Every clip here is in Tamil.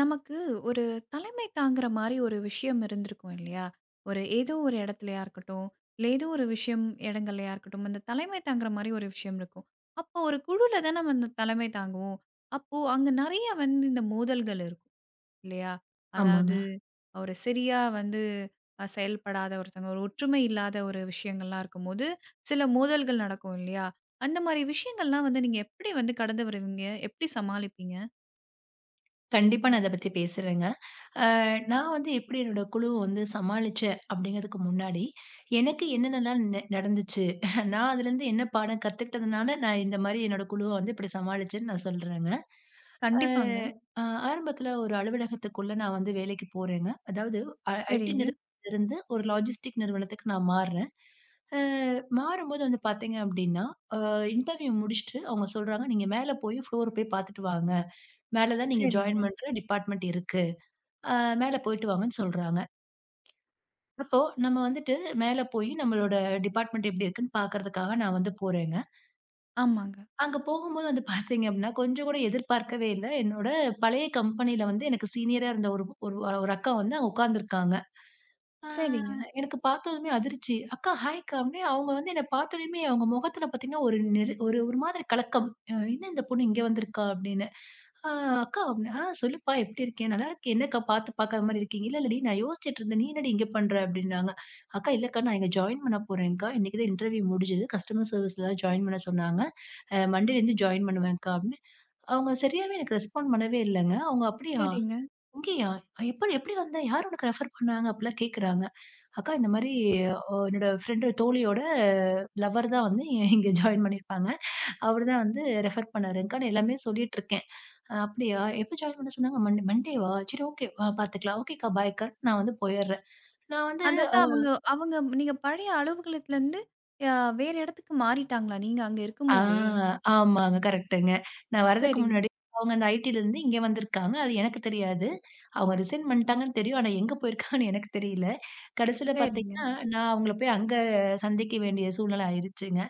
நமக்கு ஒரு தலைமை தாங்குற மாரி ஒரு விஷயம் இருந்திருக்கும் இல்லையா? ஒரு ஏதோ ஒரு இடத்துலயா இருக்கட்டும், இல்ல ஏதோ ஒரு விஷயம் இடங்கள்லயா இருக்கட்டும், அந்த தலைமை தாங்குற மாரி ஒரு விஷயம் இருக்கும். அப்போ ஒரு குழுல தான் நம்ம அந்த தலைமை தாங்குவோம். அப்போ அங்க நெறைய வந்து இந்த மோதல்கள் இருக்கும் இல்லையா? ஆமாங்க. அதாவது ஒரு சரியா வந்து செயல்படாத ஒருத்தவங்க, ஒரு ஒற்றுமை இல்லாத ஒரு விஷயங்கள்லாம் இருக்கும்போது, சில மோதல்கள் நடக்கும் இல்லையா? அந்த மாரி விஷயங்கள்லாம் வந்து நீங்க எப்படி வந்து கடந்து வருவீங்க? எப்படி சமாளிப்பீங்க? கண்டிப்பா நான் இத பத்தி பேசுறேங்க. அ நான் வந்து எப்படி என்னோட குழுவ வந்து சமாளிச்சேன் அப்படிங்கிறதுக்கு முன்னாடி, எனக்கு என்னென்னலாம் நடந்துச்சு, நான் அதுலேருந்து என்ன பாடம் கத்துக்கிட்டதுனால, நான் இந்த மாரி என்னோட குழுவ வந்து இப்படி சமாளிச்சேன்னு நான் சொல்றேங்க. அ கண்டிப்பாங்க. அ ஆரம்பத்தில ஒரு அலுவலகத்துக்குள்ள நான் வந்து வேலைக்கு போறேங்க. அதாவது ஐடி சரிங்க. நிறுவனத்திலிருந்து ஒரு லாஜிஸ்டிக் நிறுவனத்துக்கு நான் மாறுறேன். அ மாறும்போது வந்து பார்த்தீங்க அப்படின்னா, இன்டர்வியூ முடிச்சுட்டு அவங்க சொல்றாங்க, "நீங்க மேல போய் ஃப்ளோர் போய் பார்த்துட்டு வாங்க." மேல தான் நீங்க சரிங்க. ஜாயின் பண்ற டிபார்ட்மெண்ட் இருக்கு. அ மேல போயிட்டு வாங்கன்னு சொல்றாங்க. அப்போ நம்ம வந்துட்டு மேல போய் நம்மளோட டிபார்ட்மெண்ட் எப்படி இருக்குன்னு பார்க்கறதுக்காக நான் வந்து போறேங்க. ஆமாங்க. அங்க போகும்போது வந்து பார்த்தீங்க அப்படின்னா, கொஞ்சம் கூட எதிர்பார்க்கவே இல்ல. என்னோட பழைய கம்பெனியில வந்து எனக்கு சீனியரா இருந்த ஒரு ஒரு ஒரு அக்கா வந்து அங்க உட்கார்ந்துருக்காங்க. அ சரிங்க, எனக்கு பார்த்ததுமே அதிர்ச்சி. "அக்கா ஹாய்க்கா" அப்படின்னு அவங்க வந்து என்ன பார்த்தோனயுமே அவங்க முகத்துல பார்த்தீங்கன்னா ஒரு ஒரு ஒரு மாதிரி கலக்கம். "அ என்ன இந்த பொண்ணு இங்க வந்திருக்கா?" அப்படின்னு. ஆ அக்கா அப்டின்னா, "ஆ சொல்லுப்பா எப்டி இருக்கே? நல்லா இருக்கேன். என்னக்கா பார்த்து பார்க்காத மாரி இருக்கீங்க?" "இல்ல, இல்லடி நான் யோசிச்சுட்டு இருந்தேன். நீ என்னடி இங்க பண்ற?" அப்டின்னாங்க. "அக்கா இல்லக்கா நான் இங்க ஜாயின் பண்ண போறேன்க்கா. இன்னைக்கு தான் இன்டர்வியூ முடிஞ்சது. கஸ்டமர் சர்வீஸ்ல தான் ஜாயின் பண்ண சொன்னாங்க. மண்டேலேருந்து ஜாயின் பண்ணுவேன்க்கா" அப்டின்னு. அவங்க சரியாவே எனக்கு ரெஸ்பாண்ட் பண்ணவே இல்லங்க. அவங்க "அப்டியா? சரிங்க. இங்கேயா? எப்ப எப்டி வந்த? யார் உனக்கு ரெஃபர் பண்ணாங்க?" அப்டிலாம் கேட்குறாங்க. "அக்கா இந்த மாரி என்னோட ஃப்ரெண்டு தோழியோட லவர் தான் வந்து இங்க ஜாயின் பண்ணியிருப்பாங்க. அவரு தான் வந்து ரெஃபர் பண்ணாருங்க்கா. நான் எல்லாமே சொல்லிட்டுருக்கேன்." அப்படியா? எப்ப ஜாயின் பண்ண சொன்னாங்க? மண்டேவா? சரி ஓகே. பார்த்துக்கலாம். ஓகேக்கா பாய்க்கா. நான் வந்து போயிர்றேன். நான் வந்து அதாவது அவங்க அவங்க நீங்க பழைய அலுவலகத்துலருந்து அ வேற இடத்துக்கு மாறிட்டாங்களா? நீங்க அங்க ஆ இருக்கும்போதே! ஆமாங்க. கரெக்ட்டுங்க. நான் வர்றதுக்கு சரிங்க, முன்னாடி அவங்க அந்த ஐடிலருந்து இங்க வந்திருக்காங்க. அது எனக்கு தெரியாது. அவங்க ரிசைன் பண்ணிட்டாங்கன்னு தெரியும். ஆனா எங்க போயிருக்காங்கன்னு எனக்கு தெரியல. கடைசியில சரிங்க. பார்த்தீங்கன்னா, நான் அவங்கள போய் அங்க சந்திக்க வேண்டிய சூழ்நிலை ஆயிருச்சுங்க.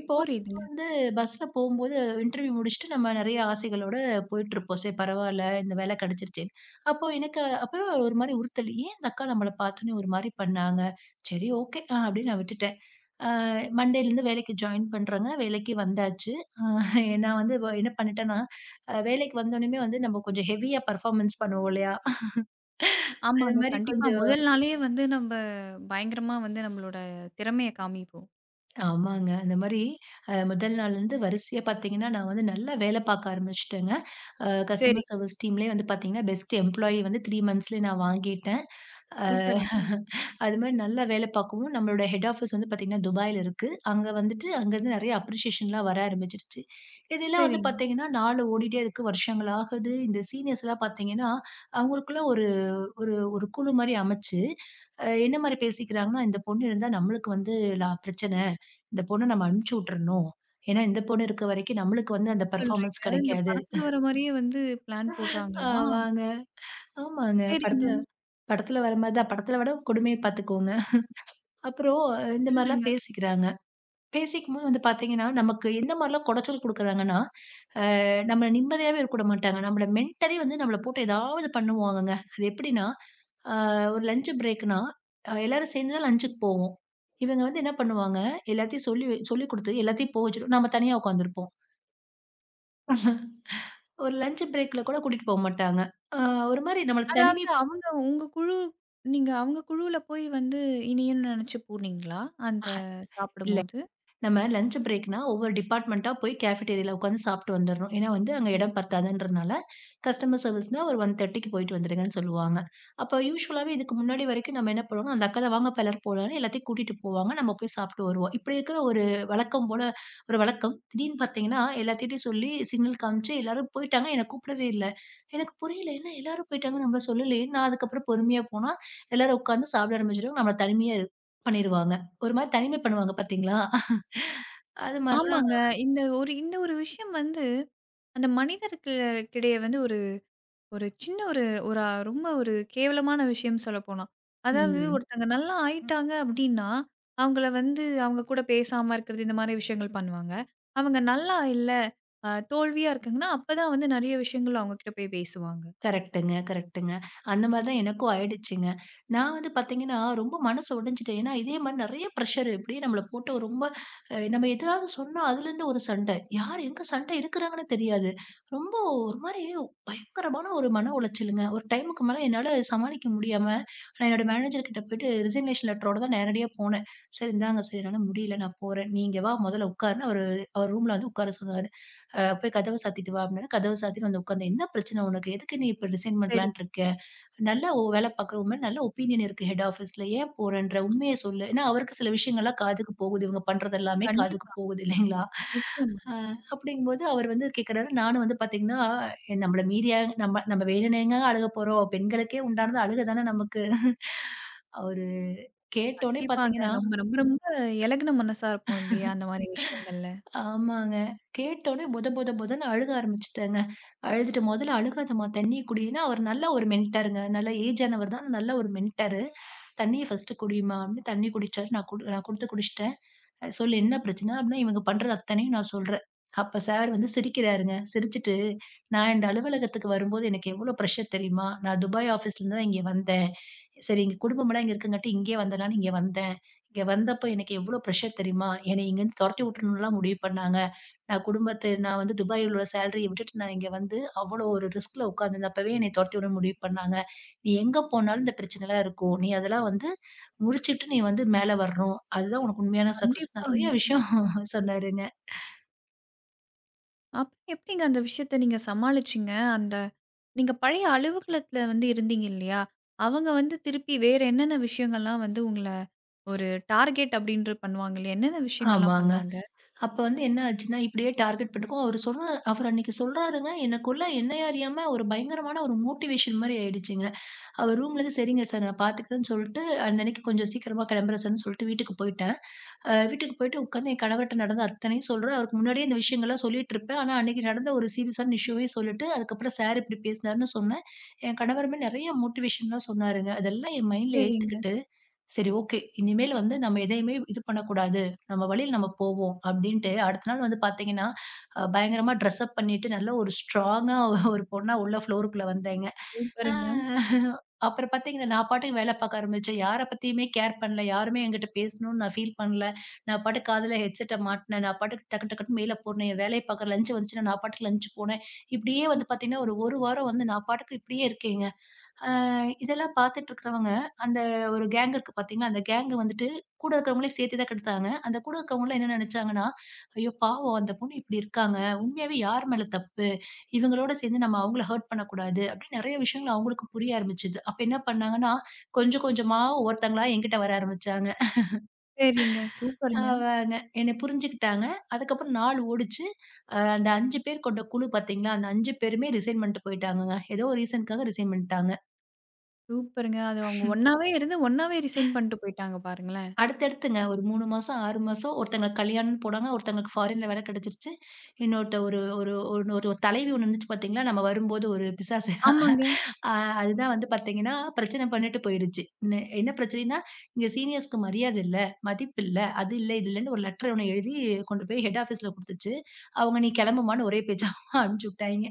இப்போ புரியுதுங்க. வந்து பஸ்ல போம்போது இன்டர்வியூ முடிச்சுட்டு நம்ம நெறைய ஆசைகளோட போயிட்டுருப்போம். சரி பரவால்ல இந்த வேலை கிடைச்சிருச்சேன்னு. அப்போ எனக்கு அப்பவே ஒரு மாரி உறுத்தல். ஏன் இந்த அக்கா நம்மள பார்த்தோனே ஒரு மாரி பண்ணாங்க? சரி ஓகே. அப்படின்னு நான் விட்டுட்டேன். அ மண்டேலருந்து வேலைக்கு ஜாயின் பண்றேங்க. வேலைக்கு வந்தாச்சு. அ நான் வந்து இப்போ என்ன பண்ணிட்டேன்னா, வேலைக்கு வந்தோனயுமே வந்து நம்ம கொஞ்சம் ஹெவியா பெர்ஃபார்மன்ஸ் பண்ணுவோம் இல்லையா? அது ஆமாங்க. மாரி கண்டிப்பா. கொஞ்சம் முதல் நாளே வந்து நம்ப பயங்கரமா வந்து நம்மளோட திறமைய காமிப்போம். ஆமாங்க. அந்த மாரி முதல் நாள்லருந்து வரிசையா பார்த்தீங்கன்னா, நான் வந்து நல்லா வேலை பார்க்க ஆரம்பிச்சுட்டேங்க. சரி. கஸ்டமர் சர்வீஸ் டீம்லயே வந்து பார்த்தீங்கன்னா, பெஸ்ட் எம்ப்ளாயி வந்து 3 மந்த்ஸ்லயே நான் வாங்கிட்டேன். அ சூப்பருங்க. அது மாரி நல்லா வேலை பார்க்கவும், நம்மளோட ஹெட் ஆஃபீஸ் வந்து பார்த்தீங்கன்னா, துபாயில இருக்கு. அங்க வந்துட்டு அங்கருந்து நெறைய அப்ரிசியேஷன்லாம் வர ஆரம்பிச்சுருச்சு. இதெல்லாம் வந்து சரிங்க. பார்த்தீங்கன்னா, நாள் ஓடிட்டே இருக்கு. வருஷங்கள் ஆகுது. இந்த சீனியர்ஸ்லாம் பார்த்தீங்கன்னா, அவங்களுக்குள்ள ஒரு ஒரு ஒரு குழு மாரி அமைச்சு, என்ன மாரி பேசிக்கிறாங்கன்னா, இந்த பொண்ணு இருந்தா நம்மளுக்கு வந்து லா பிரச்சனை. இந்த பொண்ண நம்ம அனுப்பிச்சு விட்டுறணும். ஏன்னா, இந்த பொண்ணு இருக்க வரைக்கும் நம்மளுக்கு வந்து என்ன அந்த சொல்றீங்க? பெர்ஃபார்மன்ஸ் இந்த கிடைக்காது. படத்துல வர மாரியே வந்து பிளான் ஆ போடுறாங்களா? வாங்க. ஆமாங்க. சரிங்க. படத்துல படத்துல வர மாரி தான். படத்துல விட கொடுமைய பார்த்துக்கோங்க. அப்புறம் இந்த மாரிலாம் சொல்லுங்க. பேசிக்கிறாங்க. பேசிக்கும்போது வந்து பார்த்தீங்கன்னா, நமக்கு எந்த மாரிலாம் குடைச்சல் குடுக்குறாங்கன்னா, நம்மள நிம்மதியாவே இருக்க விட மாட்டாங்க. நம்மள மென்டலி வந்து நம்மள போட்டு ஏதாவது பண்ணுவாங்கங்க. அது எப்படின்னா, ஆ ஒரு லஞ்ச் பிரேக்னா, எல்லாரும் சேர்ந்து தான் லஞ்சுக்கு போவோம். இவங்க வந்து என்ன பண்ணுவாங்க, எல்லாத்தையும் சொல்லிக் குடுத்து எல்லாத்தையும் வச்சுட்டு நம்ம தனியா உட்காந்துருப்போம். ஒரு லஞ்ச் பிரேக்ல கூட கூட்டிட்டு போமாட்டாங்க. அ ஒரு மாரி நம்மள அதாவது தனிமைப்படுத்தில அவங்க உங்க குழு நீங்க அவங்க குழுவுல போய் வந்து இனியன்னு நினைச்சு போனீங்களா? அந்த சாப்பிடும்போது? நம்ம லஞ்ச் பிரேக்னா ஒவ்வொரு டிபார்ட்மெண்ட்டா போய் கேஃபடேரியால உட்காந்து சாப்பிட்டு வந்துரணும். ஏன்னா வந்து அங்க இடம் பத்தாதுன்றனால, கஸ்டமர் சர்விஸ்னா ஒரு 1:30க்கு போயிட்டு வந்துருங்கன்னு சொல்லுவாங்க. அப்ப யூசுவலாவே இதுக்கு முன்னாடி வரைக்கும் நம்ம என்ன பண்ணுவோம்னா, அந்த அக்கா தான் வாங்கப்பா எல்லாரும் போலாம்ன்னு எல்லாத்தையும் கூட்டிட்டு போவாங்க. நம்ம போய் சாப்பிட்டு வருவோம். இப்படி இருக்கிற ஒரு வழக்கம் போல ஒரு வழக்கம். திடீர்னு பார்த்தீங்கன்னா, எல்லாத்துட்டயும் சொல்லி சிக்னல் காமிச்சு எல்லாரும் போயிட்டாங்க. என்ன கூப்பிடவே இல்ல. எனக்கு புரியல. என்ன எல்லாரும் போயிட்டாங்க நம்மள சொல்லலயே. நான் அதுக்கப்புறம் பொறுமையா போனா, எல்லாரும் உட்காந்து சாப்பிட ஆரம்பிச்சுருவாங்க. நம்மள தனிமையா பண்ணிருவாங்க. ஒரு மாரி தனிமை பண்ணுவாங்க பார்த்தீங்களா? அது மாரிலாம் ஆமாங்க. இந்த ஒரு விஷயம் வந்து அந்த மனிதருக்கிடையே வந்து ஒரு ஒரு சின்ன ஒரு ஒரு அ- ரொம்ப ஒரு கேவலமான விஷயம் சொல்லப்போனா. அதாவது ம். ஒருத்தங்க நல்லா ஆயிட்டாங்க அப்டின்னா, அவங்கள வந்து அவங்க கூட பேசாம இருக்கிறது இந்த மாரி விஷயங்கள் பண்ணுவாங்க. அவங்க நல்லா இல்ல, தோல்வியா இருக்காங்கன்னா, அப்பதான் வந்து நெறைய விஷயங்கள் அவங்க கிட்ட போய் பேசுவாங்க. கரெக்ட்டுங்க. அந்த மாரி தான் எனக்கும் ஆயிடுச்சுங்க. நான் வந்து பார்த்தீங்கன்னா, ரொம்ப மனசு உடைஞ்சுட்டேன். ஏன்னா, இதே மாரி நெறைய ப்ரஷர் இப்படியே நம்மள போட்டு ரொம்ப நம்ம எதாவது சொன்னா அதுலேருந்து ஒரு சண்டை. யார் எங்க சண்டை எடுக்குறாங்கன்னு தெரியாது. ரொம்ப ஒரு மாரி பயங்கரமான ஒரு மன உளைச்சலுங்க. ஒரு டைமுக்கு மேல என்னால சமாளிக்க முடியாம, நான் என்னோட மேனேஜர் கிட்ட போயிட்டு ரிசிக்னேஷன் லெட்டரோட தான் நேரடியா போனேன். "சார் இந்தாங்க சார் என்னால முடியல நான் போறேன். நீ இங்க வா முதல்ல உட்காருன்னு" அவர் ரூம்ல வந்து உட்கார சொன்னாரு. போய் கதவ சாத்திட்டு வா அப்படின்னா, கதவ சாத்திட்டு வந்து உட்காந்து, "என்ன பிரச்சனை உனக்கு? எதுக்கு நீ இப்ப ரிசைன் சரி. பண்ணலான்ட்டு இருக்க? நல்லா வேலை பார்க்குற உன் மேல நல்ல ஒப்பீனியன் இருக்கு ஹெட் ஆஃபீஸ்ல. ஏன் போறன்ற? உண்மைய சொல்லு." ஏன்னா, அவருக்கு சில விஷயங்கள்லாம் காதுக்கு போகுது. இவங்க பண்றது எல்லாமே காதுக்கு கண்டிப்பா. போகுது இல்லைங்களா? நிச்சயமா. அ அப்படிங்கும்போது அவர் வந்து கேட்குறாரு. நானும் வந்து பார்த்தீங்கன்னா, நம்மள மீறி ஏங்க நம்ம நம்ம வேணும்னு ஏங்கங்க அழுக போறோம்? பெண்களுக்கே உண்டானது அழுக தானே நமக்கு. அவரு கேட்டோனே கண்டிப்பாங்க. பார்த்தீங்கன்னா ரொம்ப, ரொம்ப, ரொம்ப இலகுன மனசா இருப்போம் இல்லையா? அந்த மாரி விஷயங்கள்ல. ஆமாங்க. கேட்டோனே பொத பொத பொதன்னு அழுக ஆரம்பிச்சுட்டேங்க. அழுதுட்டு "மொதல்ல அழுகாதம்மா தண்ணீய குடின்னா" அவர் நல்ல ஒரு மென்டாருங்க. நல்ல ஏஜ் ஆனவர் தான். நல்ல ஒரு மென்டாரு. "தண்ணீய ஃபர்ஸ்ட்டு குடிம்மா" அப்படின்னு தண்ணீ குடிச்சாரு. நான் குடுத்து குடிச்சுட்டேன். சொல்லு என்ன பிரச்சனை? அப்படின்னா, இவங்க பண்றது அத்தனையும் நான் சொல்றேன். அப்ப சார் வந்து சிரிக்கிறாருங்க. சிரிச்சுட்டு, "நான் இந்த அலுவலகத்துக்கு வரும்போது எனக்கு எவ்வளோ பிரஷர் தெரியுமா? நான் துபாய் ஆஃபீஸ்லேருந்து தான் இங்க வந்தேன். சரி எங்க குடும்பம்லாம் இங்க இருக்கங்காட்டி இங்கேயே வந்துடலான்னு இங்க வந்தேன். இங்க வந்தப்போ எனக்கு எவ்வளோ பிரஷர் தெரியுமா? என்னை இங்கேருந்து தொரத்தி விட்டுறணும்லாம் முடிவு பண்ணாங்க. நான் குடும்பத்த நான் வந்து துபாயில் உள்ள சேலரிய விட்டுட்டு நான் இங்க வந்து அவ்வளோ ஒரு ரிஸ்க்ல உட்காந்துருந்தேன். அப்பவே என்னை தொரத்தி விட முடிவு பண்ணாங்க. நீ எங்க போனாலும் இந்த பிரச்சனைலாம் இருக்கும். நீ அதெல்லாம் வந்து முடிச்சுட்டு நீ வந்து மேல வரணும். அதுதான் உனக்கு உண்மையான சக்சஸ். நெறைய கண்டிப்பாங்க. விஷயம் சொன்னாருங்க. அப்புறம் எப்படிங்க அந்த விஷயத்த நீங்க சமாளிச்சீங்க? அந்த நீங்க பழைய அலுவலகத்துல வந்து இருந்தீங்க இல்லையா? அவங்க வந்து திருப்பி வேற என்னென்ன விஷயங்கள்லாம் வந்து உங்கள ஒரு டார்கெட் அப்படின்ற பண்ணுவாங்க இல்லையா? என்னென்ன விஷயங்கள்லாம் ஆமாங்க. பண்ணாங்க? அப்ப வந்து என்ன ஆச்சுன்னா, இப்படியே டார்கெட் பண்ணிருக்கோம். அவரு அன்னைக்கு சொல்றாருங்க. எனக்குள்ள என்னையே அறியாம ஒரு பயங்கரமான ஒரு மோட்டிவேஷன் மாரி ஆயிடுச்சுங்க. அவர் ரூம்லருந்து சரிங்க சார் நான் பார்த்துக்கிறேன்னு சொல்ட்டு, அந்த அன்னைக்கு கொஞ்சம் சீக்கிரமா கிளம்புறேன் சார்ன்னு சொல்ட்டு வீட்டுக்கு போயிட்டாங்க. வீட்டுக்கு போயிட்டு உட்காந்து என் கணவர்ட்ட நடந்த அத்தனையும் சொல்றேன். அவருக்கு முன்னாடியே இந்த விஷயங்கள்லாம் சொல்லிட்டுருப்பேன். ஆனா, அன்னைக்கு நடந்த ஒரு சீரியஸான இஷ்யூவையும் சொல்லிட்டு, அதுக்கப்புறம் சார் இப்படி பேசினாருன்னு சொன்னேன். என் கணவருமே நெறைய மோட்டிவேஷன்லாம் சொன்னாருங்க. அதெல்லாம் என் மைண்ட்ல சரிங்க. ஏத்துக்கிட்டு, சரி ஓகே. இனிமேல் வந்து நம்ம எதையுமே இது பண்ணக்கூடாது. நம்ம வழியில நம்ம போவோம் அப்படின்ட்டு, அடுத்த நாள் வந்து பார்த்தீங்கன்னா, பயங்கரமா ட்ரெஸ் அப் பண்ணிட்டு, நல்ல ஒரு ஸ்ட்ராங்கா ஒரு பொண்ணா உள்ள ஃப்ளோருக்குள்ள வந்தேங்க. ஆ சூப்பருங்க. அப்புறம் பார்த்தீங்கன்னா, நான் பாட்டுக்கு வேல பார்க்க ஆரம்பிச்சேன். யார பத்தியுமே கேர் பண்ணல. யாருமே என்கிட்ட பேசணும்னு நான் ஃபீல் பண்ணல. நான் பாட்டுக்கு காதுல ஹெட்செட்ட மாட்டுனேன். நான் பாட்டுக்கு டக்கு டக்குன்னு மேல போனேன். என் வேலைய பார்க்குறேன். லஞ்ச் வந்துச்சுன்னா நான் பாட்டுக்கு லஞ்ச் போனேன். இப்படியே வந்து சூப் பார்த்தீங்கன்னா, ஒரு 1 வாரம் வந்து நான் பாட்டுக்கு இப்படியே இருக்கேங்க. அ இதெல்லாம் பார்த்துட்டு இருக்கிறவங்க, அந்த ஒரு கேங் இருக்கு பார்த்தீங்களா? அந்த கேங் வந்துட்டு கூட இருக்கிறவங்களையும் சேர்த்து தான் கெடுத்தாங்க. அந்த கூட இருக்கிறவங்கலாம் என்ன நினைச்சாங்கன்னா, "ஐயோ! பாவம் அந்த பொண்ணு இப்படி இருக்காங்க. உண்மையாவே யார் மேல தப்பு? இவங்களோட சேர்ந்து நம்ம அவங்கள ஹர்ட் பண்ணக்கூடாது." அப்படின்னு நெறைய விஷயங்கள் அவங்களுக்கு புரிய ஆரம்பிச்சது. அப்ப என்ன பண்ணாங்கன்னா, கொஞ்சம் கொஞ்சமா ஒவ்வொருத்தங்களா என்கிட்ட வர ஆரம்பிச்சாங்க. சரிங்க. அ சூப்பருங்க. ந என்னை புரிஞ்சுக்கிட்டாங்க. அதுக்கப்புறம் நாள் ஓடுச்சு. அந்த 5 பேர் கொண்ட குழு பார்த்தீங்களா? அந்த 5 பேருமே ரிசைன் பண்ணிட்டு போயிட்டாங்கங்க. ஏதோ ஒரு ரீசனுக்காக ரிசைன் பண்ணிட்டாங்க. சூப்பருங்க. அது அவங்க ஒண்ணாவே இருந்து, ஒண்ணாவே ரிசைன் பண்ணிட்டு போயிட்டாங்க பாருங்களேன். அடுத்தடுத்துங்க. ஒரு 3 மாசம், 6 மாசம் ஒருத்தங்களுக்கு கல்யாணம்னு போனாங்க. ஒருத்தங்களுக்கு ஃபாரின்ல வேலை கிடைச்சிருச்சு. இன்னொருத்த ஒரு ஒரு ஒண்ணு ஒரு தலைவி ஒண்ணு இருந்துச்சு பார்த்தீங்களா? நம்ம வரும்போது ஒரு பிசாசு. ஆமாங்க. அ அதுதான் வந்து பார்த்தீங்கன்னா, பிரச்சனை பண்ணிட்டு போயிருச்சு. என்ன என்ன பிரச்சனைன்னா, இங்க சீனியர்ஸ்க்கு மரியாதை இல்ல, மதிப்பு இல்ல, அது இல்ல, இது இல்லன்னு ஒரு லெட்டர் ஒண்ணு எழுதி கொண்டு போய் ஹெட் ஆஃபீஸ்ல குடுத்துச்சு. அவங்க நீ கிளம்புமான்னு ஒரே பேச்சா அனுப்பிச்சு விட்டாய்ங்க.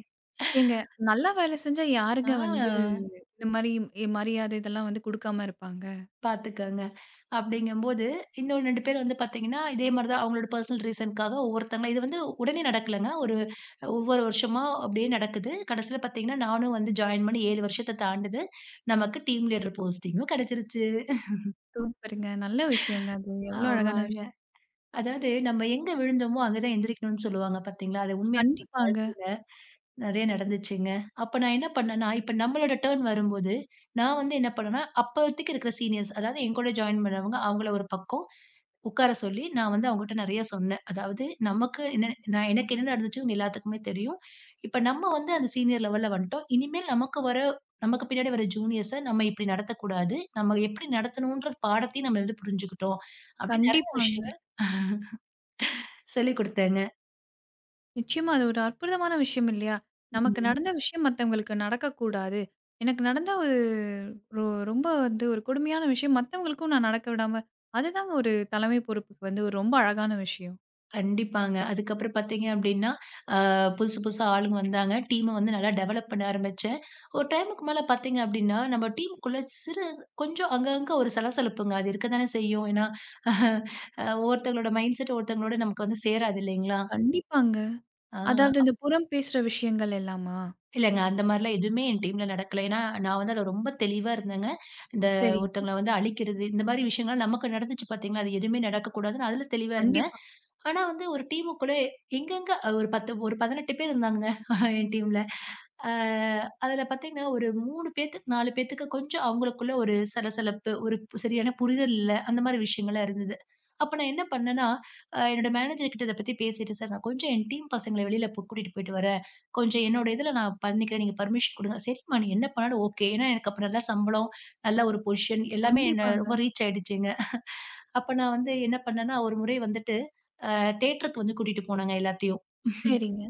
ஏங்க, நல்லா வேலை செஞ்சா ஆ யாருங்க வந்து இந்த மாரி மரியாதை இதெல்லாம் வந்து குடுக்காம இருப்பாங்க? பார்த்துக்கங்க. அப்படிங்கும்போது, இன்னும் 2 பேர் வந்து பார்த்தீங்கன்னா, இதே மாரி தான் அவங்களோட பர்சனல் ரீசன்க்காக ஒவ்வொருத்தங்களா இது வந்து உடனே நடக்கலங்க. ஒவ்வொரு வருஷமா அப்படியே நடக்குது. கடைசியில பார்த்தீங்கன்னா, நானும் வந்து ஜாயின் பண்ணி 7 வருஷத்த தாண்டுது. நமக்கு டீம் லீடர் போஸ்டிங்கும் கிடைச்சிருச்சு. சூப்பருங்க. நல்ல விஷயங்க அது. எவ்ளோ அழகான ஆமாங்க. விஷயம். அதாவது நம்ம எங்க விழுந்தோமோ, அங்க தான் எந்திரிக்கணும்னு சொல்லுவாங்க பார்த்தீங்களா? அது உண்மையா கண்டிப்பாங்க, வாழ்க்கையில நெறைய நடந்துச்சுங்க. அப்ப நான் என்ன பண்ணேன்னா, இப்ப நம்மளோட டர்ன் வரும்போது, நான் வந்து என்ன பண்ணேன்னா, அப்போதைக்கு இருக்கிற சீனியர்ஸ் அதாவது என் கூட ஜாயின் பண்ணவங்க, அவங்கள ஒரு பக்கம் உட்கார சொல்லி, நான் வந்து அவங்ககிட்ட நெறைய சொன்னேன். அதாவது நமக்கு என்ன நான் எனக்கு என்ன நடந்துச்சு இவங்க எல்லாத்துக்குமே தெரியும். இப்ப நம்ம வந்து அந்த சீனியர் லெவல்ல வந்துட்டோம். இனிமேல் நமக்கு வர நமக்கு பின்னாடி வர ஜூனியர்ஸ நம்ம இப்படி நடத்தக்கூடாது. நம்ம எப்படி நடத்தணும்ன்ற பாடத்தையும் நம்ம வந்து புரிஞ்சுக்கிட்டோம். அப்படின்னு நெறைய கண்டிப்பாங்க. விஷயங்கள் சொல்லிக் குடுத்தேங்க. நிச்சயமா அது ஒரு அற்புதமான விஷயம் இல்லையா? நமக்கு ம். நடந்த விஷயம் மத்தவங்களுக்கு நடக்கக்கூடாது. எனக்கு நடந்த ஒரு ரொ ரொம்ப வந்து ஒரு கொடுமையான விஷயம் மத்தவங்களுக்கும் நான் நடக்க விடாம அதுதாங்க ஒரு தலைமை பொறுப்புக்கு வந்து ஒரு ரொம்ப அழகான விஷயம். கண்டிப்பாங்க. அதுக்கப்புறம் பார்த்தீங்க அப்டின்னா, அ புதுசு புதுசா ஆளுங்க வந்தாங்க. டீம வந்து நல்லா டெவலப் பண்ண ஆரம்பிச்சேன். ஒரு டைமுக்கு மேல பார்த்தீங்க அப்டின்னா, நம்ம டீமுக்குள்ள கொஞ்சம் அங்கங்க ஒரு சலசலப்புங்க. அது இருக்க தானே செய்யும். ஏன்னா, அ ஒருத்தவங்களோட மைண்ட் செட் ஒருத்தவங்களோட நமக்கு வந்து சேராது இல்லைங்களா? கண்டிப்பாங்க. அதாவது ஆ இந்த புறம் பேசுற விஷயங்கள் எல்லாமா? இல்லங்க அந்த மாரிலாம் எதுவுமே என் டீம்ல நடக்கல. ஏன்னா, நான் வந்து அதுல ரொம்ப தெளிவா இருந்தேங்க. இந்த சரி. ஒருத்தவங்கள வந்து அழிக்கிறது, இந்த மாரி விஷயங்கள்லாம் நமக்கு நடந்துச்சு பார்த்தீங்களா, அது எதுவுமே நடக்கக்கூடாதுன்னு அதுல தெளிவா இருந்தேன். கண்டிப்பா, ஆனா வந்து ஒரு டீமுக்குள்ள எங்கெங்க ஒரு 10 ஒரு 18 பேர் இருந்தாங்கங்க என் டீம்ல. அ அதுல பார்த்தீங்கன்னா, ஒரு 3 பேத்துக்கு 4 பேத்துக்கு கொஞ்சம் அவங்களுக்குள்ள ஒரு சலசலப்பு, சரியான புரிதல் இல்ல. அந்த மாரி விஷயங்கள்லாம் இருந்தது. அப்ப நான் என்ன பண்ணேன்னா, என்னோட மேனேஜர் கிட்ட இத பத்தி பேசிட்டு, "சார் நான் கொஞ்சம் என் டீம் பசங்கள வெளியில கூட்டிட்டு போயிட்டு வரேன். கொஞ்சம் என்னோட இதுல நான் பண்ணிக்கிறேன். நீங்க பர்மிஷன் குடுங்க." "சரிம்மா நீ என்ன பண்ணாலும் ஓகே." ஏன்னா எனக்கு அப்ப நல்ல சம்பளம், நல்ல ஒரு பொசிஷன் எல்லாமே என்ன கண்டிப்பாங்க. ரொம்ப ரீச் ஆயிடுச்சுங்க. அப்ப நான் வந்து என்ன பண்ணேன்னா, ஒரு முறை வந்துட்டு தியேட்டருக்கு வந்து கூட்டிட்டு போனாங்க எல்லாத்தையும். சரிங்க.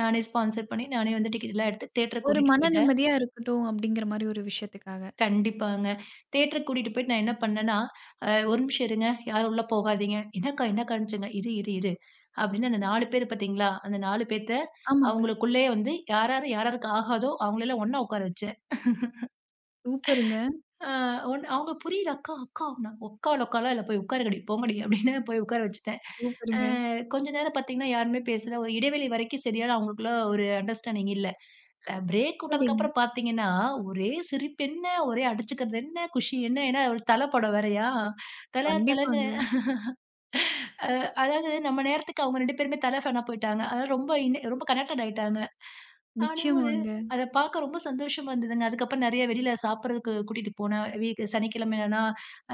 நானே ஸ்பான்சர் பண்ணி, நானே வந்து டிக்கெட்லாம் எடுத்து தியேட்டருக்கு ஒரு கூட்டிட்டு மன போயிட்டேன். நிம்மதியா இருக்கட்டும் அப்படிங்கிற மாரி ஒரு விஷயத்துக்காக. கண்டிப்பாங்க. தியேட்டருக்கு கூட்டிட்டு போயிட்டு நான் என்ன பண்ணேன்னா, "ஒரு நிமிஷம் இருங்க. யாரும் உள்ள போகாதீங்க." "என்னக்கா, என்னக்கான்னுச்சுங்க." "இரு, இரு, இரு." அப்படின்னு அந்த 4 பேரு பார்த்தீங்களா, அந்த 4 பேத்த ஆமாங்க. அவங்களுக்குள்ளேயே வந்து யார் யாரு யார் யாருக்கு ஆகாதோ அவங்கள எல்லாம் ஒண்ணா உட்கார வச்சேன். சூப்பருங்க, ஆ ஒன் அவங்க புரியல. "அக்கா, அக்கான்னா, உக்காலாம் இல்ல. போய் உட்காருங்கடி, போங்கடி" அப்படின்னு போய் உட்கார வச்சுட்டேன். அ சூப்பருங்க. கொஞ்ச நேரம் பார்த்தீங்கன்னா, யாருமே பேசல. ஒரு இடைவெளி வரைக்கும் சரியான அவங்களுக்குள்ள ஒரு அண்டர்ஸ்டாண்டிங் இல்ல. பிரேக் சரிங்க. விட்டதுக்கப்புறம் பார்த்தீங்கன்னா, ஒரே சிரிப்பு என்ன, ஒரே அடிச்சுக்கிறது என்ன, குஷி என்ன, ஏன்னா ஒரு தல படம் வேறயா. தல தலன்னு கண்டிப்பாங்க. அ அதாவது நம்ம நேரத்துக்கு அவங்க 2 பேருமே தல ஃபேனா போயிட்டாங்க. அதனால ரொம்ப ரொம்ப கனெக்டட் ஆயிட்டாங்க. அப்படிங்கும்போது, நிச்சயமாங்க. அத பார்க்க ரொம்ப சந்தோஷமா இருந்ததுங்க. அதுக்கப்புறம் நெறைய வெளியில சாப்பிடுறதுக்கு கூட்டிட்டு போனேன். வீக் சனிக்கிழமைனா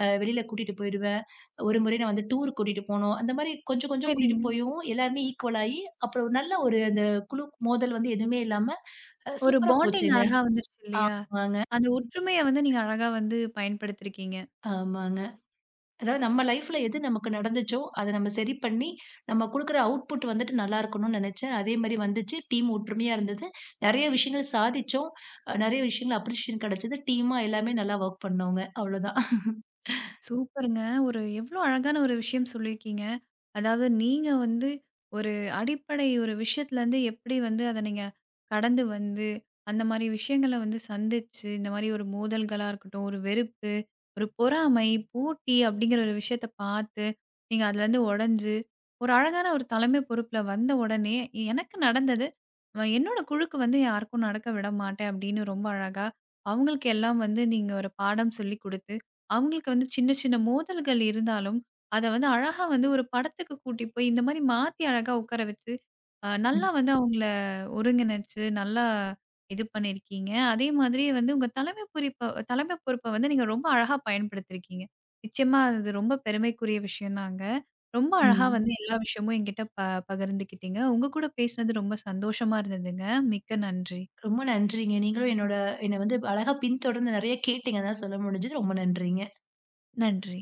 வெளியில கூட்டிட்டு போயிடுவேன். ஒரு முறை நான் வந்து டூர் கூட்டிட்டு போனோம். அந்த மாரி கொஞ்சம் கொஞ்சம் கூட்டிட்டு சரிங்க. போயும் எல்லாருமே ஈக்குவல் ஆயி, அப்புறம் ஒரு நல்ல ஒரு அந்த குழு மோதல் வந்து எதுவுமே இல்லாம ஒரு சூப்பரா பாண்டிங் போச்சுங்க. அழகா வந்துருச்சு இல்லையா? ஆமாங்க, அந்த ஒற்றுமைய வந்து நீங்க அழகா வந்து பயன்படுத்தியிருக்கீங்க. ஆமாங்க. அதாவது நம்ம லைஃப்ல எது நமக்கு நடந்துச்சோ, அத நம்ம சரி பண்ணி, நம்ம குடுக்குற அவுட்புட் வந்துட்டு நல்லா இருக்கணும்னு நெனச்சேன். அதே மாரி வந்துச்சு. டீம் ஒற்றுமையா இருந்தது. நெறைய விஷயங்கள் சாதிச்சோம். நெறைய விஷயங்கள் அப்ரிசியேஷன் கெடச்சது. டீமா எல்லாமே நல்லா ஒர்க் பண்ணோங்க. அவ்ளோதான். சூப்பருங்க. ஒரு எவ்ளோ அழகான ஒரு விஷயம் சொல்லியிருக்கீங்க. அதாவது நீங்க வந்து ஒரு அடிப்படை ஒரு விஷயத்துலருந்து எப்படி வந்து அத நீங்க கடந்து வந்து, அந்த மாரி விஷயங்கள வந்து சந்திச்சு, இந்த மாரி ஒரு மோதல்களா இருக்கட்டும், ஒரு வெறுப்பு, ஒரு பொறாமை, போட்டி அப்படிங்கிற ஒரு விஷயத்த பார்த்து, நீங்க அதுலருந்து உடைஞ்சு, ஒரு அழகான ஒரு தலைமை பொறுப்புல வந்த உடனே, எனக்கு நடந்தது, என்னோட குழுக்கு வந்து யாருக்கும் நடக்க விட மாட்டேன் அப்படின்னு ரொம்ப அழகா, அவங்களுக்கு எல்லாம் வந்து நீங்க ஒரு பாடம் சொல்லிக் குடுத்து அவங்களுக்கு வந்து சின்ன சின்ன மோதல்கள் இருந்தாலும், அத வந்து அழகா வந்து ஒரு படத்துக்கு கூட்டி போய் இந்த மாரி மாத்தி அழகா உட்கார வச்சு, ம். நல்லா வந்து அவங்கள ஒருங்கிணைச்சு, நல்லா இது பண்ணியிருக்கீங்க. அதே மாதிரி வந்து உங்க தலைமை பொறுப்ப வந்து நீங்க ரொம்ப அழகா பயன்படுத்தியிருக்கீங்க. நிச்சயமா அது ரொம்ப பெருமைக்குரிய விஷயம்தாங்க. ரொம்ப அழகா ம். வந்து எல்லா விஷயமும் என்கிட்ட பகிர்ந்துக்கிட்டீங்க. உங்க கூட பேசினது ரொம்ப சந்தோஷமா இருந்ததுங்க. மிக்க நன்றி. ரொம்ப நன்றிங்க. நீங்களும் என்னோட என்ன வந்து அழகா பின்தொடர்ந்து நெறைய கேட்டீங்க. அதான் சொல்ல முடிஞ்சது. ரொம்ப நன்றிங்க. நன்றி.